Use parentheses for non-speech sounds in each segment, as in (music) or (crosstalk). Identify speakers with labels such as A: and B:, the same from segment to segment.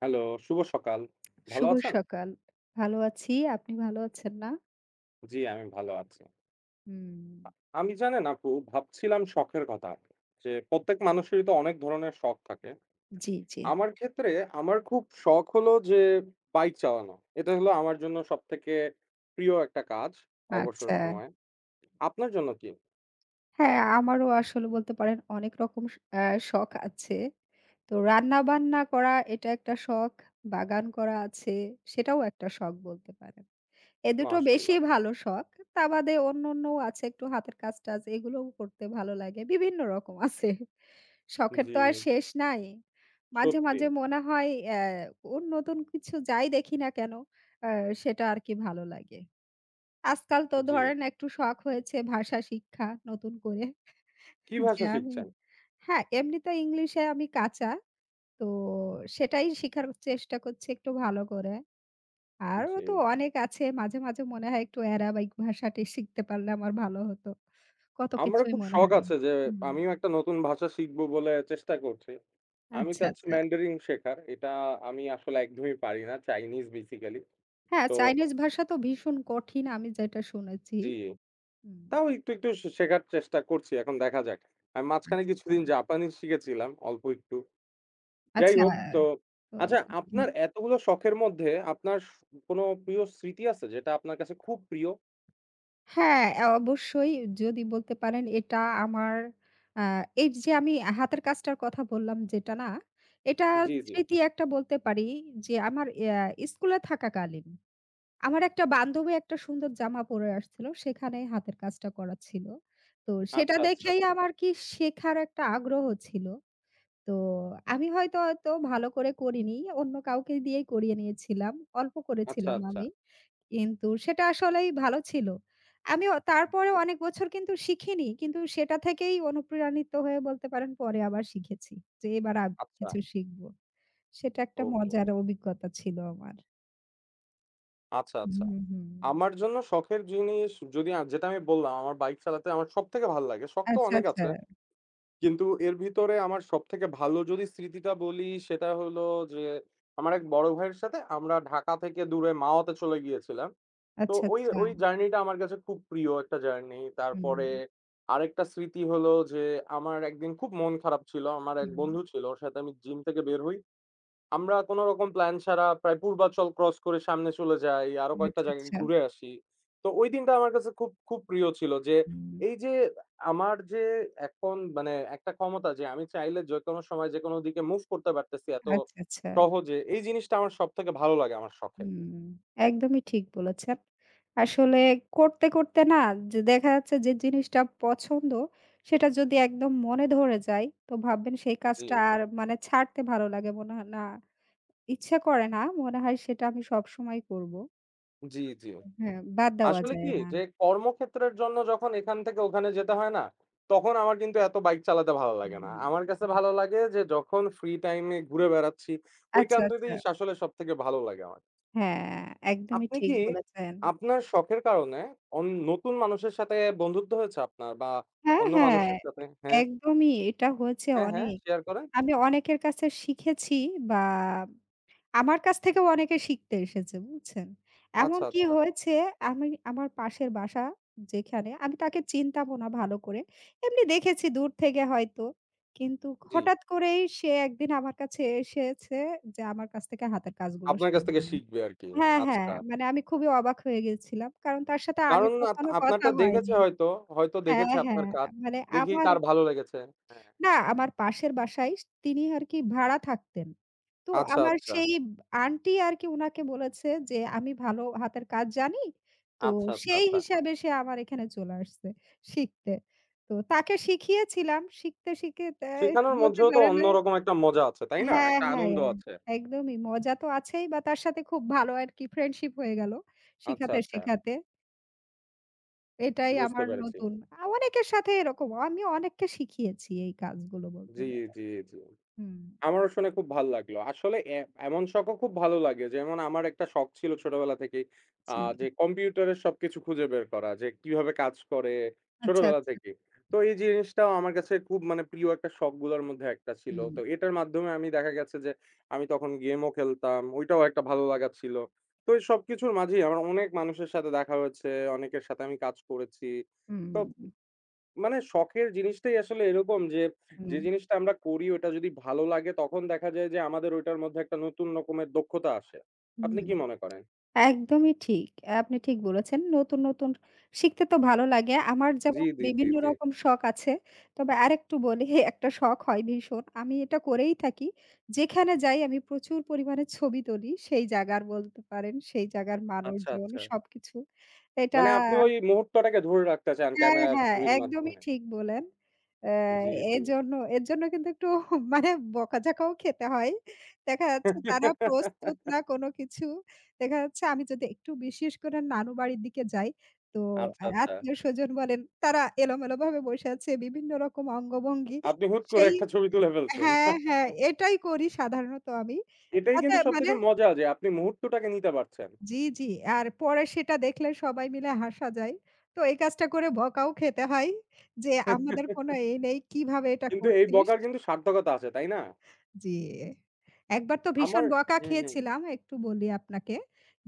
A: Hello, শুভ সকাল। ভালো
B: শুভ
A: আছেন?
B: সকাল। ভালো আছি। আপনি ভালো আছেন না?
A: জি, আমি ভালো আছি।
B: হুম।
A: আমি জানেন আপু ভাবছিলাম শখের কথা। যে প্রত্যেক মানুষেরই তো অনেক ধরনের শখ থাকে।
B: জি, জি।
A: আমার ক্ষেত্রে আমার খুব শখ হলো যে বাইক চালানো। এটা হলো আমার জন্য সবথেকে প্রিয় একটা কাজ অবসর
B: আচ্ছা।
A: সময়ে। আপনার জন্য কি?
B: হ্যাঁ, আমারও আসলে বলতে পারেন অনেক রকম স আ শখ আছে। তো রান্না-বান্না করা এটা একটা শখ, বাগান করা আছে, সেটাও একটা শখ বলতে পারেন। এ দুটো বেশি
A: মাশাআল্লাহ।
B: ভালো শখ। তা বাদে অন্যান্যও আছে একটু হাতের কাজ-টাজ এগুলোও করতে ভালো লাগে। বিভিন্ন রকম আছে। শখের
A: জি,
B: তো আর শেষ নাই। মাঝে,
A: সত্যি।
B: মাঝে মনে হয় ওর নতুন কিছু যাই দেখি না কেন অ্যা সেটা আর কি ভালো লাগে। আজকাল তো
A: জি।
B: ধরেন একটু শখ হয়েছে ভাষা শিক্ষা নতুন করে।
A: কি
B: যে
A: ভাষা
B: আমি
A: শিখছেন?
B: হ্যাঁ, এমনিতে ইংলিশে আমি কাঁচা। তো সেটাই শিখার চেষ্টা করছি একটু ভালো করে। আরও
A: জি।
B: তো অনেক আছে। মাঝে, মাঝে মনে হয় একটু অ্যারাবিক ভাষাটি শিখতে পারলে আমার ভালো হতো। কত
A: আমারও
B: কিছুই
A: খুব
B: মনে
A: শখ
B: হয়।
A: আছে যে
B: হুম,
A: আমিও একটা নতুন ভাষা শিখবো বলে চেষ্টা করছি। আমি
B: আচ্ছা,
A: চাচ্ছি
B: আচ্ছা।
A: ম্যান্ডারিন শেখার। এটা আমি আসলে একদমই পারি না। Chinese basically.
B: হ্যাঁ,
A: তো
B: চাইনিজ ভাষা তো ভীষণ কঠিন আমি যেটা শুনেছি।
A: জি,
B: হুম,
A: তাও একটু, একটু শেখার চেষ্টা করছি। এখন দেখা যাক। আমি মাঝখানে
B: আচ্ছা,
A: কিছুদিন
B: আচ্ছা।
A: জাপানি শিখেছিলাম অল্প একটু। যাই
B: আচ্ছা,
A: হোক তো
B: তো
A: আচ্ছা
B: এটা বুঝলাম।
A: আপনার এতগুলো শখের মধ্যে আপনার কোনো প্রিয় স্মৃতি আছে যেটা আপনার কাছে খুব প্রিয়?
B: হ্যাঁ, অবশ্যই যদি বলতে পারেন এটা আমার আ এই যে আমি হাতের কাজটার কথা বললাম যেটা না, এটা
A: জি, জি।
B: স্মৃতি একটা বলতে পারি যে আমার স্কুলে থাকাকালীন। আমার একটা বান্ধবী একটা সুন্দর জামা পরে আসছিল। সেখানেই হাতের কাজটা করা ছিল। তো সেটা
A: আচ্ছা, আচ্ছা,
B: দেখেই
A: আচ্ছা।
B: আমার কি শেখার একটা আগ্রহ ছিল। তো আমি হয়তো, হয়তো ভালো করে করিনি। অন্য কাউকে দিয়েই করিয়ে নিয়েছিলাম। অল্প
A: আচ্ছা,
B: করেছিলাম
A: আচ্ছা।
B: আমি। কিন্তু সেটা আসলেই ভালো ছিল। আমি অ তারপরে অনেক বছর কিন্তু শিখিনি। কিন্তু সেটা থেকেই অনুপ্রাণিত হয়ে বলতে পারেন পরে আবার শিখেছি। যে এবার আর
A: আচ্ছা,
B: কিছু শিখব। সেটা একটা
A: ওকে।
B: মজার অভিজ্ঞতা ছিল আমার।
A: আচ্ছা, আচ্ছা।
B: হুম, হুম।
A: আমার জন্য শখের জিনিস যদি যেটা আমি বললাম আমার বাইক চালাতে আমার সবথেকে ভাল লাগে। শখ তো
B: আচ্ছা,
A: অনেক
B: আচ্ছা।
A: আছে। কিন্তু এর ভিতরে আমার সবথেকে ভালো যদি স্মৃতিটা বলি সেটা হলো যে আমার এক বড় ভাইয়ের সাথে আমরা ঢাকা থেকে দূরে মাওয়াতে চলে গিয়েছিলাম। তো
B: আচ্ছা,
A: ওই
B: আচ্ছা।
A: ওই জার্নিটা আমার কাছে খুব প্রিয় একটা জার্নি।
B: হুম,
A: তারপরে আরেকটা স্মৃতি হলো যে আমার একদিন খুব মন খারাপ ছিল। আমার এক
B: হুম।
A: বন্ধু ছিল। ওর সাথে আমি জিম থেকে বের হই। আমরা কোনো রকম প্ল্যান ছাড়া প্রায় পূর্বাচল ক্রস করে সামনে চলে যাই। আরো কয়েকটা
B: আচ্ছা,
A: জায়গায়
B: আচ্ছা।
A: ঘুরে আসি। তো ওই দিনটা আমার কাছে খুব, খুব প্রিয় ছিল যে
B: হুম।
A: এই যে আমার যে এখন মানে একটা ক্ষমতা যে আমি চাইলে যেকোনো সময় যেকোনো দিকে মুভ করতে পারতেছি এত
B: আচ্ছা, আচ্ছা।
A: সহজে। এই জিনিসটা আমার সবথেকে ভালো লাগে আমার শখে।
B: হুম। একদমই ঠিক বলেছেন। আসলে করতে, করতে না যে দেখা যাচ্ছে যে জিনিসটা পছন্দ সেটা যদি একদম মনে ধরে যায় তো ভাববেন সেই
A: জি,
B: কাজটা আর মানে ছাড়তে ভালো লাগে মনে হয় না। ইচ্ছা করে না। মনে হয় সেটা আমি সবসময় করব।
A: জি, জি।
B: হ্যাঁ, বাদ দেওয়া
A: আসলে
B: যায়
A: কি
B: না।
A: যে কর্মক্ষেত্রের জন্য যখন এখান থেকে ওখানে যেতে হয় না, তখন আমার কিন্তু এত বাইক চালাতে ভালো লাগে না।
B: হুম,
A: আমার কাছে
B: হুম।
A: ভালো লাগে যে যখন ফ্রি টাইমে ঘুরে বেড়াচ্ছি, ওই
B: আচ্ছা, আচ্ছা।
A: টাইমটাতেই আসলে সবথেকে ভালো লাগে আমার।
B: হ্যাঁ, একদমই
A: আপনি
B: ঠিক
A: কি
B: বলেছেন।
A: আপনার শখের কারণে নতুন মানুষের সাথে বন্ধুত্ব হয়েছে আপনার বা
B: হ্যাঁ,
A: অন্য
B: হ্যাঁ।
A: মানুষের সাথে? হ্যাঁ,
B: একদমই এটা হয়েছে
A: হ্যাঁ, হ্যাঁ,
B: অনেক।
A: শেয়ার করেন।
B: আমি অনেকের কাছে শিখেছি বা আমার কাছ থেকেও অনেকে শিখতে এসেছে, বুঝছেন?
A: আচ্ছা,
B: এমনকি
A: আচ্ছা।
B: হয়েছে আমি আমার পাশের বাসা যেখানে, আমি তাকে চিনতামও না ভালো করে। এমনি দেখেছি দূর থেকে হয়তো। কিন্তু
A: জি,
B: হঠাৎ করেই সে একদিন আমার কাছে এসেছে যে আমার কাছ থেকে হাতের কাজগুলো
A: আপনার কাছ থেকে
B: শিখবে।
A: শিখবে আরকি।
B: হ্যাঁ, হ্যাঁ।
A: আচ্ছা।
B: মানে আমি খুবই অবাক হয়ে গেছিলাম। কারণ তার সাথে আগে
A: কারণ
B: কখনো কথা
A: আপনারটা দেখেছে
B: হয়নি।
A: হয়তো, হয়তো
B: হ্যাঁ,
A: দেখেছে আপনার
B: হ্যাঁ।
A: কাজ।
B: মানে
A: দেখেই
B: আমার
A: তার ভালো লেগেছে। হ্যাঁ।
B: না, আমার পাশের বাসায় তিনি আরকি ভাড়া থাকতেন। তো
A: আচ্ছা,
B: আমার
A: আচ্ছা।
B: সেই আন্টি আরকি উনাকে বলেছে যে, "আমি ভালো হাতের কাজ জানি।" তো
A: আচ্ছা, আচ্ছা,
B: সেই
A: আচ্ছা।
B: হিসাবে সে আমার এখানে চলে আসছে শিখতে। তো তাকে শিখিয়েছিলাম। শিখতে, শিখে তে
A: শেখানোর
B: বলতে
A: মধ্যেও তো
B: পারেন
A: অন্যরকম একটা মজা আছে, তাই না?
B: হ্যাঁ,
A: একটা
B: হ্যাঁ,
A: আনন্দ
B: হ্যাঁ,
A: আছে।
B: একদমই। মজা তো আছেই বা তার সাথে খুব ভালো আরকি ফ্রেন্ডশিপ হয়ে গেল
A: আচ্ছা,
B: শিখাতে,
A: আচ্ছা।
B: শিখাতে। এটাই
A: বুঝতে
B: আমার
A: পেরেছি।
B: নতুন। অনেকের সাথে এরকম। আমি অনেককে শিখিয়েছি এই কাজগুলো বলতে
A: জি,
B: পারেন।
A: জি, জি।
B: হুম।
A: আমারও শুনে খুব ভাল লাগলো। আসলে এমন শখও খুব ভালো লাগে। যেমন আমার একটা শখ ছিল ছোটবেলা থেকেই, আ
B: জি।
A: যে কম্পিউটারের সবকিছু খুঁজে বের করা, যে কিভাবে কাজ করে
B: আচ্ছা,
A: ছোটবেলা
B: আচ্ছা।
A: থেকেই। তো এই জিনিসটাও আমার কাছে খুব মানে প্রিয় একটা শখগুলোর মধ্যে একটা ছিল।
B: হুম,
A: তো এটার মাধ্যমে আমি দেখা গেছে যে আমি তখন গেমও খেলতাম। ওইটাও একটা ভালো লাগা ছিল। তো এই সবকিছুর মাঝেই আমার অনেক মানুষের সাথে দেখা হয়েছে, অনেকের সাথে আমি কাজ করেছি।
B: হুম,
A: তো
B: হুম,
A: মানে শখের জিনিসটাই আসলে এরকম যে, যে জিনিসটা আমরা করি ওটা যদি ভালো লাগে তখন দেখা যায় যে আমাদের ওইটার মধ্যে একটা নতুন রকমের দক্ষতা আসে।
B: হুম,
A: আপনি কি
B: হুম।
A: মনে করেন?
B: একদমই ঠিক। আপনি ঠিক বলেছেন। নতুন, নতুন শিখতে তো ভালো লাগে। আমার
A: জি,
B: যেমন
A: জি, জি,
B: বিভিন্ন
A: জি।
B: রকম শখ আছে। তবে আরেকটু বলি (laughs) একটা শখ হয় ভীষণ। আমি এটা করেই থাকি। যেখানে যাই আমি প্রচুর পরিমাণে ছবি তুলি। সেই জায়গার বলতে পারেন, সেই জায়গার
A: আচ্ছা,
B: মানুষজন
A: আচ্ছা।
B: সবকিছু। এটা
A: মানে আপনি ওই মুহূর্তটাকে ধরে রাখতে চান
B: হ্যাঁ,
A: ক্যামেরার
B: হ্যাঁ,
A: ছবির
B: একদমই
A: মাধ্যমে।
B: ঠিক বলেন। অ্যা
A: জি, জি।
B: এজন্য এর জন্য কিন্তু একটু (laughs) মানে বকাঝকাও খেতে হয়। দেখা যাচ্ছে তারা প্রস্তুত না কোনো কিছু। দেখা যাচ্ছে আমি যদি একটু বিশেষ করে নানু বাড়ির দিকে যাই, তো
A: আচ্ছা, আচ্ছা।
B: আত্মীয়স্বজন বলেন তারা এলোমেলোভাবে বসে আছে বিভিন্ন রকম অঙ্গভঙ্গি।
A: আপনি হুট করে
B: সেই
A: একটা ছবি তুলে ফেলছেন।
B: হ্যাঁ, হ্যাঁ, এটাই করি সাধারণত আমি।
A: এটাই
B: যাতে
A: কিন্তু
B: মানে
A: সবথেকে মজা যে আপনি মুহূর্তটাকে নিতে পারছেন।
B: জি, জি। আর পরে সেটা দেখলে সবাই মিলে হাসা যায়। তো এই কাজটা করে বকাও খেতে হয় যে, আমাদের কোনো এ নেই, কিভাবে এটা
A: কিন্তু এই
B: করছিস?
A: বকার কিন্তু সার্থকতা আছে, তাই না?
B: জি। একবার তো
A: আমার
B: ভীষণ বকা
A: হুম, হুম।
B: খেয়েছিলাম। একটু বলি আপনাকে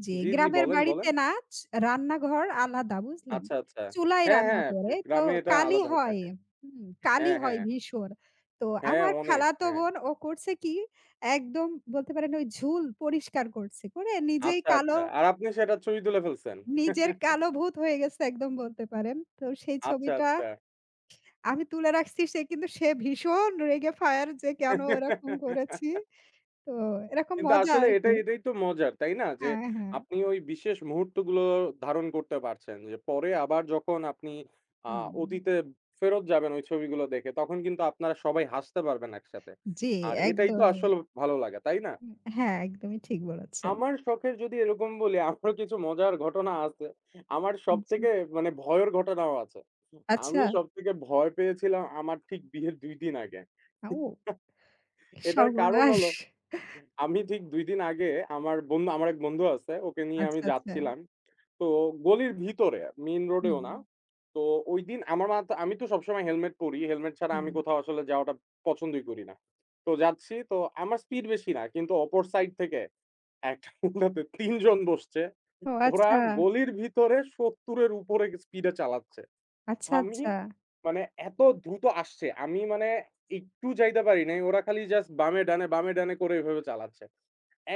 B: যে,
A: জি, জি
B: গ্রামের
A: বলেন, বলেন।
B: বাড়িতে না চ রান্নাঘর আলাদা বুঝলেন?
A: আচ্ছা, আচ্ছা।
B: চুলায়
A: হ্যাঁ,
B: রান্না
A: হ্যাঁ,
B: করে। তো
A: গ্রামে এটা
B: কালি
A: আলাদা হয়ে
B: হয়
A: থাকে।
B: হুম, কালি
A: হ্যাঁ,
B: হয়
A: হ্যাঁ,
B: ভীষণ। তো
A: হ্যাঁ,
B: আমার
A: অনেক।
B: খালাতো
A: হ্যাঁ।
B: বোন ও করছে কি একদম বলতে পারেন ওই ঝুল পরিষ্কার করছে। করে নিজেই
A: আচ্ছা, আচ্ছা।
B: কালো
A: আর আপনি সেটা ছবি তুলে ফেলছেন।
B: নিজের কালো ভূত হয়ে গেছে একদম বলতে পারেন। তো সেই
A: আচ্ছা,
B: ছবিটা
A: আচ্ছা।
B: আমি তুলে রাখছি সে কিন্তু সে ভীষণ রেগে ফায়ার যে কেন এরকম করেছি। তো এরকম
A: কিন্তু
B: মজা
A: আসলে
B: আরকি।
A: এটাই, এটাই তো মজার, তাই না? যে
B: হ্যাঁ, হ্যাঁ।
A: আপনি ওই বিশেষ মুহূর্তগুলো ধারণ করতে পারছেন। যে পরে আবার যখন আপনি আ
B: হুম।
A: অতীতে ফেরত যাবেন ওই ছবিগুলো দেখে, তখন কিন্তু আপনারা সবাই হাসতে পারবেন একসাথে।
B: জি,
A: আর এটাই তো
B: একদমই।
A: আসল ভালো লাগা, তাই না?
B: উম হ্যাঁ, একদমই ঠিক বলেছেন।
A: আমার শখের যদি এরকম বলি, আমারও কিছু মজার ঘটনা আছে। আমার
B: জি।
A: সবথেকে মানে ভয়ের ঘটনাও আছে।
B: আচ্ছা,
A: আমি সবথেকে ভয় পেয়েছিলাম আমার ঠিক বিয়ের ২ দিন আগে।
B: ও
A: এটার কারণ
B: সর্বনাশ!
A: হলো আমি ঠিক ২ দিন আগে আমার এক বন্ধু আছে, ওকে নিয়ে
B: আচ্ছা,
A: আমি
B: আচ্ছা।
A: যাচ্ছিলাম। তো গলির ভিতরে, মেইন রোডেও
B: হুম,
A: না। তো ঐদিন আমার মাথা আমি তো সবসময় হেলমেট পরি। হেলমেট ছাড়া
B: হুম।
A: আমি কোথাও আসলে যাওয়াটা পছন্দই করি না। তো যাচ্ছি, তো আমার স্পিড বেশি না। কিন্তু অপর সাইড থেকে একটা নৌকাতে ৩ জন বসছে।
B: ও
A: ওরা
B: আচ্ছা,
A: গলির ভিতরে ৭০ এর উপরে স্পিডে চালাচ্ছে।
B: আচ্ছা,
A: আমি
B: আচ্ছা।
A: মানে এত দ্রুত আসছে, আমি মানে একটু যাইতে পারি নাই। ওরা খালি জাস্ট বামে ডানে, বামে ডানে করে এভাবে চালাচ্ছে।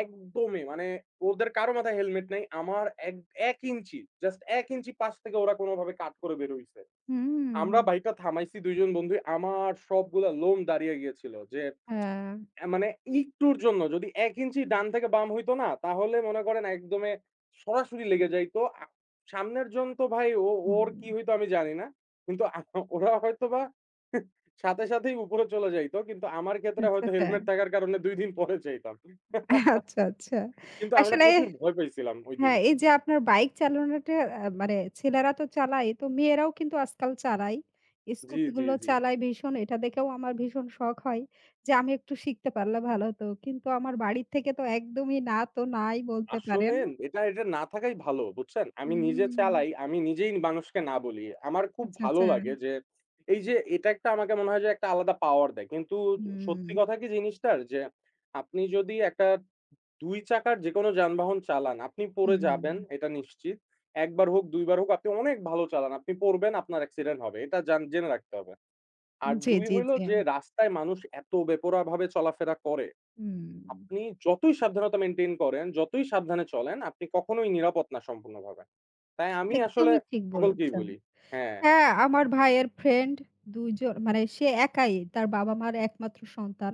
A: একদমই মানে ওদের কারো মাথায় হেলমেট নাই। আমার এক ১ ইঞ্চি, জাস্ট ১ ইঞ্চি পাশ থেকে ওরা কোনোভাবে কাট করে বের হইছে।
B: হুম।
A: আমরা বাইকটা থামাইছি ২ জন বন্ধুই। আমার সবগুলা লোম দাঁড়িয়ে গিয়েছিল যে
B: হ্যাঁ।
A: মানে একটুর জন্য যদি ১ ইঞ্চি ডান থেকে বাম হইতো না, তাহলে মনে করেন একদমে সরাসরি লেগে যাইতো। সামনের জন তো ভাই ওর
B: হুম।
A: কি হইতো আমি জানি না। কিন্তু ওরা হয়তোবা সাথে সাথেই উপরে চলে যাইতো। কিন্তু আমার ক্ষেত্রে
B: আচ্ছা,
A: হয়তো
B: আচ্ছা।
A: হেলমেট থাকার কারণে ২ দিন পরে যাইতাম।
B: আচ্ছা, আচ্ছা।
A: কিন্তু আমরা
B: আসলে
A: প্রচুর ভয় পাইছিলাম ঐদিন।
B: হ্যাঁ, এই যে আপনার বাইক চালানোটা মানে ছেলেরা তো চালায়, তো মেয়েরাও কিন্তু আজকাল চালায়।
A: জি, জি,
B: স্কুটিগুলো
A: জি।
B: চালায় ভীষণ। এটা দেখেও আমার ভীষণ শখ হয় যে, আমি একটু শিখতে পারলে ভালো হতো। কিন্তু আমার বাড়ির থেকে তো একদমই না তো নাই বলতে
A: আসলে
B: পারেন।
A: এটা না থাকাই ভালো, বুঝছেন? আমি নিজে
B: হুম,
A: চালাই, আমি নিজেই মানুষকে না বলি। আমার খুব
B: আচ্ছা,
A: ভালো
B: আচ্ছা।
A: লাগে যে, এই যে এটা একটা আমাকে মনে হয় যে একটা আলাদা পাওয়ার দেয়। কিন্তু
B: হুম,
A: সত্যি কথা কি জিনিসটার? যে আপনি যদি একটা ২ চাকার যেকোনো যানবাহন চালান, আপনি পড়ে
B: হুম।
A: যাবেন এটা নিশ্চিত। ১ বার হোক, ২ বার হোক আপনি অনেক ভালো চালান। আপনি পড়বেন, আপনার অ্যাক্সিডেন্ট হবে। এটা জেনে রাখতে হবে। আর
B: জি,
A: ২
B: জি,
A: হইলো
B: জি।
A: যে রাস্তায় মানুষ এত বেপরোয়াভাবে চলাফেরা করে,
B: হুম।
A: আপনি যতই সাবধানতা মেইনটেইন করেন, যতই সাবধানে চলেন, আপনি কখনোই নিরাপদ না সম্পূর্ণভাবে। তাই আমি আসলে
B: একদমই ঠিক
A: সকলকেই
B: বলেছেন।
A: বলি। হ্যাঁ,
B: হ্যাঁ, আমার ভাইয়ের ফ্রেন্ড ২ জন মানে সে একাই তার বাবা-মার একমাত্র সন্তান।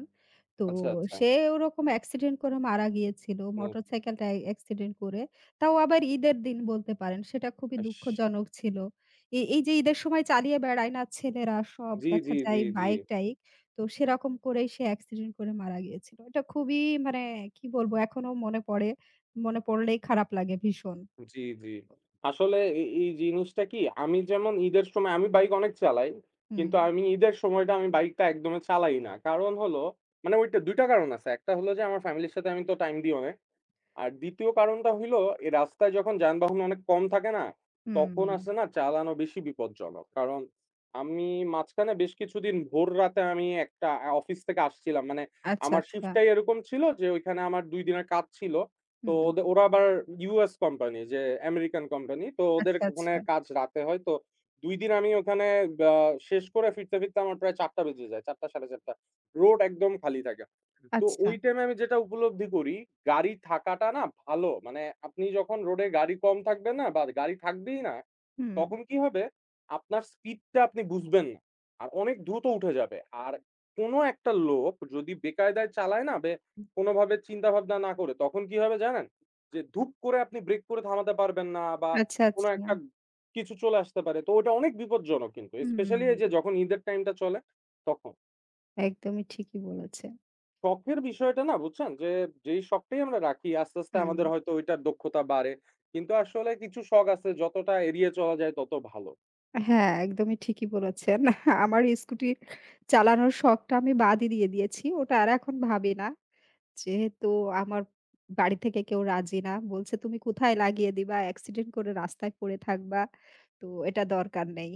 B: তো
A: আচ্ছা, আচ্ছা।
B: সে ওরকম অ্যাক্সিডেন্ট করে মারা গিয়েছিল।
A: হুম,
B: মোটরসাইকেলটা অ্যাক্সিডেন্ট করে। তাও আবার ঈদের দিন বলতে পারেন। সেটা খুবই
A: আস
B: দুঃখজনক ছিল। এই যে ঈদের সময় চালিয়ে বেড়ায় না ছেলেরা সব
A: জি,
B: দেখা
A: জি,
B: যায়
A: জি, জি,
B: বাইক-টাইক। তো সেরকম করেই সে অ্যাক্সিডেন্ট করে মারা গিয়েছিল। এটা খুবই মানে কি বলবো এখনো মনে পড়ে। মনে পড়লেই খারাপ লাগে ভীষণ।
A: জি, জি। আসলে এই এই জিনিসটা কি আমি যেমন ঈদের সময় আমি বাইক অনেক চালাই।
B: হুম,
A: কিন্তু আমি ঈদের সময়টা আমি বাইকটা একদমই চালাই না। কারণ হলো মানে ওইটা ২ টা কারণ আছে। একটা হলো যে আমার ফ্যামিলির সাথে আমি তো টাইম দিই অনেক। আর ২য় কারণটা হইলো, এই রাস্তায় যখন যানবাহন অনেক কম থাকে না? তখন
B: হুম,
A: আসে না চালানো বেশি বিপজ্জনক। কারণ আমি মাঝখানে বেশ কিছুদিন ভোর রাতে আমি একটা অফিস থেকে আসছিলাম। মানে
B: আচ্ছা,
A: আমার
B: আচ্ছা।
A: শিফটটাই এরকম ছিল যে ওইখানে আমার ২ দিনের কাজ ছিল। তো
B: হুম।
A: ওরা আবার US কোম্পানি যে আমেরিকান কোম্পানি। তো ওদের
B: আচ্ছা,
A: ওখানে
B: আচ্ছা,
A: কাজ রাতে হয়। তো ২ দিন আমি ওখানে বা শেষ করে ফিরতে, ফিরতে আমার প্রায় ৪ঃ০০ বেজে যায়। ৪ঃ০০, ৪ঃ৩০ রোড একদম খালি থাকে। তো
B: আচ্ছা।
A: ওই টাইমে আমি যেটা উপলব্ধি করি, গাড়ি থাকাটা না ভালো। মানে আপনি যখন রোডে গাড়ি কম থাকবে না বা গাড়ি থাকবেই না,
B: হুম।
A: তখন কি হবে? আপনার স্পিডটা আপনি বুঝবেন না। আর অনেক দ্রুত উঠে যাবে। আর কোনো একটা লোক যদি বেকায়দায় চালায় না কোনোভাবে চিন্তাভাবনা না করে, তখন কি হবে জানেন? যে ধুপ করে আপনি ব্রেক করে থামাতে পারবেন না বা
B: আচ্ছা,
A: কোনো
B: আচ্ছা।
A: একটা কিছু চলে আসতে পারে। তো ওটা অনেক বিপজ্জনক কিন্তু। স্পেশালি এই যে
B: হুম,
A: যখন ঈদের টাইমটা চলে তখন।
B: একদমই ঠিকই বলেছেন।
A: শখের বিষয়টা না বুঝছেন? যে যেই শখটাই আমরা রাখি আস্তে, আস্তে
B: হুম।
A: আমাদের হয়তো ঐটার দক্ষতা বাড়ে। কিন্তু আসলে কিছু শখ আছে যতটা এড়িয়ে চলা যায় তত ভালো।
B: হ্যাঁ, একদমই ঠিকই বলেছেন। আমার স্কুটি চালানোর শখটা আমি বাদই দিয়ে দিয়েছি। ওটা আর এখন ভাবি না। যেহেতু আমার বাড়ি থেকে কেউ রাজি না। বলছে, "তুমি কোথায় লাগিয়ে দিবা? অ্যাক্সিডেন্ট করে রাস্তায় পড়ে থাকবা। তো এটা দরকার নেই।"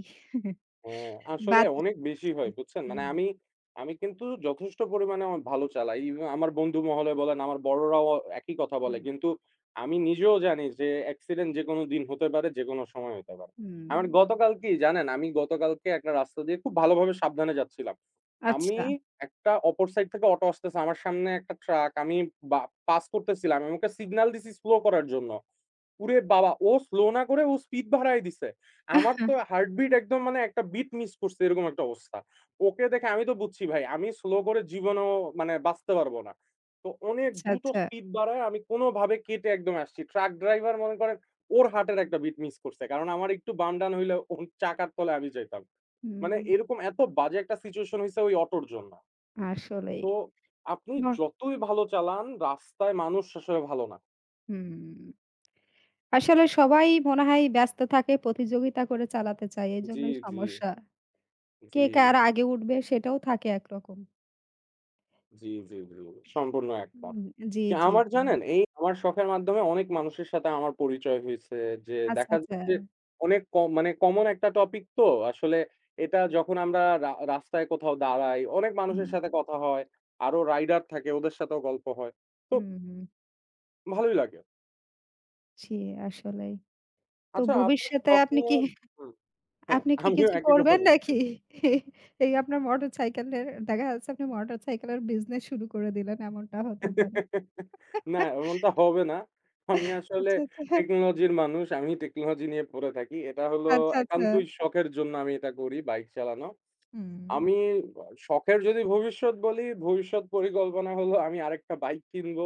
A: হ্যাঁ, আসলে
B: বাদ দিয়ে
A: অনেক বেশি
B: দিয়েছি।
A: হয় বুঝছেন? মানে
B: হুম,
A: আমি কিন্তু যথেষ্ট পরিমাণে আমার ভালো চালাই। ইভেন আমার বন্ধু মহলে বলেন, আমার বড়রাও একই কথা
B: হুম,
A: বলে। কিন্তু আমি নিজেও জানি যে অ্যাক্সিডেন্ট যেকোনো দিন হতে পারে, যেকোনো সময় হতে পারে।
B: হুম।
A: আমার গতকাল কি জানেন? আমি গতকালকে একটা রাস্তা দিয়ে খুব ভালোভাবে সাবধানে যাচ্ছিলাম। আমি
B: আচ্ছা।
A: একটা অপর সাইড থেকে অটো আসতেছে, আমার সামনে একটা ট্রাক। আমি বা পাস করতেছিলাম। আমি ওকে সিগনাল দিছি স্লো করার জন্য। ওরে বাবা! ও স্লো না করে ও স্পিড বাড়ায় দিছে। আমার তো হার্টবিট একদম মানে একটা বিট মিস করছি এরকম একটা অবস্থা। ওকে দেখে আমি তো বুঝছি ভাই আমি স্লো করে জীবনেও মানে বাঁচতে পারবো না। তো অনেক
B: আচ্ছা,
A: দ্রুত
B: আচ্ছা।
A: স্পিড বাড়ায় আমি কোনভাবে কেটে একদম আসছি। ট্রাক ড্রাইভার মনে করেন ওর হার্টের একটা বিট মিস করছে। কারণ আমার একটু বাম ডান হইলে ওর চাকার তলায় আমি যাইতাম। মানে
B: হুম,
A: এরকম এত বাজে একটা সিচুয়েশন হইছে ওই অটোর জন্য।
B: আসলেই।
A: তো আপনি
B: নর
A: যতই ভালো চালান রাস্তায় মানুষ আসলে ভালো না।
B: হুম। আসলে সবাই মনে হয় ব্যস্ত থাকে, প্রতিযোগিতা করে চালাতে চায়।
A: জি,
B: এজন্যই
A: জি,
B: সমস্যা।
A: জি।
B: কে কার আগে উঠবে সেটাও থাকে একরকম।
A: জি, জি, জি। সম্পূর্ণ একমত।
B: হুম, জি,
A: কি
B: জি,
A: আমার
B: জি।
A: জানেন এই আমার শখের মাধ্যমে অনেক মানুষের সাথে আমার পরিচয় হইছে। যে
B: আচ্ছা,
A: দেখা
B: আচ্ছা।
A: যায় যে অনেক কম মানে কমন একটা টপিক তো আসলে এটা যখন আমরা রাস্তায় কোথাও দাঁড়াই, অনেক মানুষের
B: হুম,
A: সাথে কথা হয়। আরো রাইডার থাকে ওদের সাথেও গল্প হয়। তো
B: হুম, হুম।
A: ভালোই লাগে।
B: জি, আসলেই। তো
A: আচ্ছা আপনার
B: ভবিষ্যতে
A: শখ নিয়ে হুম, হ্যাঁ,
B: আপনি কি
A: আমিও
B: কিছু
A: একই কথা
B: করবেন
A: বলছি।
B: নাকি? এই আপনার মোটরসাইকেলের দেখা যাচ্ছে আপনি মোটরসাইকেলের বিজনেস শুরু করে দিলেন এমনটা হতেও পারে।
A: না, এমনটা হবে না। আমি আসলে
B: আচ্ছা, আচ্ছা,
A: টেকনোলজির মানুষ। আমি টেকনোলজি নিয়ে পড়ে থাকি। এটা হলো
B: আচ্ছা, আচ্ছা।
A: একান্তই শখের জন্য আমি এটা করি, বাইক চালানো।
B: হুম।
A: আমি শখের যদি ভবিষ্যৎ বলি, ভবিষ্যৎ পরিকল্পনা হলো আমি আরেকটা বাইক কিনবো।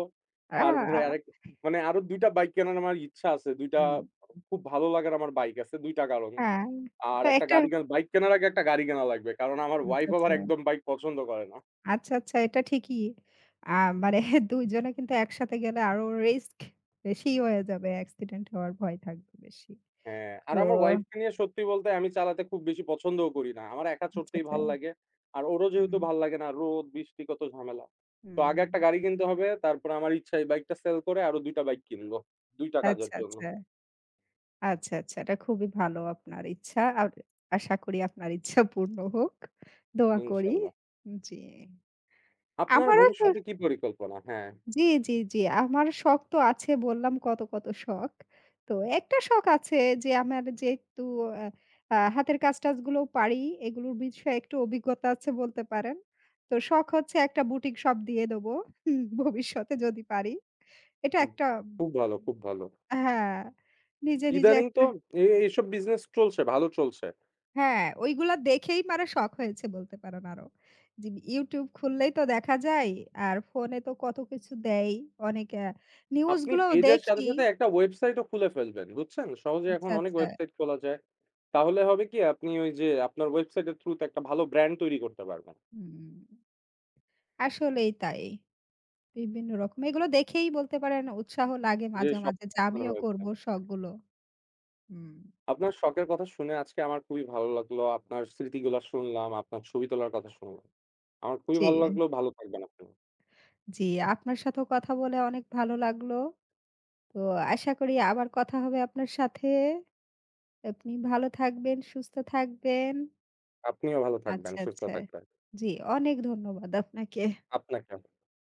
B: আ
A: তারপরে আরেক
B: আ
A: মানে আরো ২ টা বাইক কেনার আমার ইচ্ছা আছে। ২ টা
B: হুম।
A: খুব ভালো লাগার আমার বাইক আছে ২ টা কারণে।
B: হ্যাঁ,
A: আর
B: তো
A: একটা
B: একটা
A: গাড়ি বাইক কেনার আগে একটা গাড়ি কেনা লাগবে। কারণ আমার
B: আচ্ছা,
A: ওয়াইফ আবার
B: আচ্ছা।
A: একদম বাইক পছন্দ করে না।
B: আচ্ছা, আচ্ছা এটা ঠিকই। আ মানে (laughs) ২ জনে কিন্তু একসাথে গেলে আরো রিস্ক বেশিই হয়ে যাবে। অ্যাক্সিডেন্ট হওয়ার ভয় থাকবে বেশি।
A: হ্যাঁ, আর
B: তো
A: আমার ওয়াইফকে নিয়ে সত্যি বলতে আমি চালাতে খুব বেশি পছন্দও করি না। আমার একা
B: আচ্ছা,
A: চড়তেই
B: আচ্ছা।
A: ভাল লাগে। আর ওরও যেহেতু
B: হুম,
A: ভাল লাগে না, রোদ, বৃষ্টি কত ঝামেলা। তো আগে
B: হুম।
A: একটা গাড়ি কিনতে হবে। তারপর আমার ইচ্ছা এই বাইকটা সেল করে আরো ২ টা বাইক কিনবো। ২ টা
B: আচ্ছা,
A: কাজের জন্য।
B: আচ্ছা। আচ্ছা, আচ্ছা। এটা খুবই ভালো আপনার ইচ্ছা। আর আশা করি আপনার ইচ্ছা পূর্ণ হোক। দোয়া করি।
A: ইনশাল্লাহ।
B: জি।
A: আপনার
B: আমারও তো
A: ভবিষ্যতে কি পরিকল্পনা? হ্যাঁ,
B: জি, জি, জি। আমার শখ তো আছে বললাম কত, কত শখ। তো একটা শখ আছে যে আমার যেহেতু আ আ হাতের কাজ-টাজগুলো পারি এগুলোর বিষয়ে একটু অভিজ্ঞতা আছে বলতে পারেন। তো শখ হচ্ছে একটা বুটিক শপ দিয়ে দেব হুম, ভবিষ্যতে যদি পারি। এটা
A: হুম।
B: একটা
A: খুব ভালো, খুব ভালো।
B: হ্যাঁ, নিজে, নিজে
A: ইদানিং তো
B: একটা
A: এসব বিজনেস চলছে, ভালো চলছে।
B: হ্যাঁ, ওইগুলা দেখেই মানে শখ হয়েছে বলতে পারেন আরো। যে YouTube খুললেই তো দেখা যায়। আর ফোনে তো কত কিছু দেয়। অনেক নিউজ
A: আপনি
B: গুলোও
A: পেজের সাথে,
B: দেখি।
A: সাথে একটা ওয়েবসাইটও খুলে ফেলবেন। বুঝছেন? সহজে এখন
B: আচ্ছা,
A: অনেক
B: আচ্ছা।
A: ওয়েবসাইট খোলা যায়। তাহলে হবে কি আপনি ওই যে আপনার ওয়েবসাইটের থ্রু তে একটা ভালো ব্র্যান্ড তৈরি করতে পারবেন।
B: হুম, আসলেই তাই। বিভিন্ন রকম এগুলো দেখেই বলতে পারেন উৎসাহ লাগে
A: যে
B: মাঝে,
A: শখ
B: মাঝে যে
A: আপনার
B: আমিও
A: হয়েছে।
B: করব শখগুলো। হুম,
A: আপনার শখের কথা শুনে আজকে আমার খুবই ভালো লাগলো। আপনার স্মৃতিগুলা শুনলাম, আপনার ছবি তোলার কথা শুনলাম। আমার খুবই
B: জি,
A: ভালো লাগলো। ভালো থাকবেন আপনি।
B: জি। আপনার সাথেও কথা বলে অনেক ভালো লাগলো। তো আশা করি আবার কথা হবে আপনার সাথে। আপনি ভালো থাকবেন, সুস্থ থাকবেন।
A: আপনিও ভালো থাকবেন,
B: আচ্ছা,
A: সুস্থ
B: আচ্ছা।
A: থাকবেন।
B: জি, অনেক ধন্যবাদ আপনাকে।
A: আপনাকেও।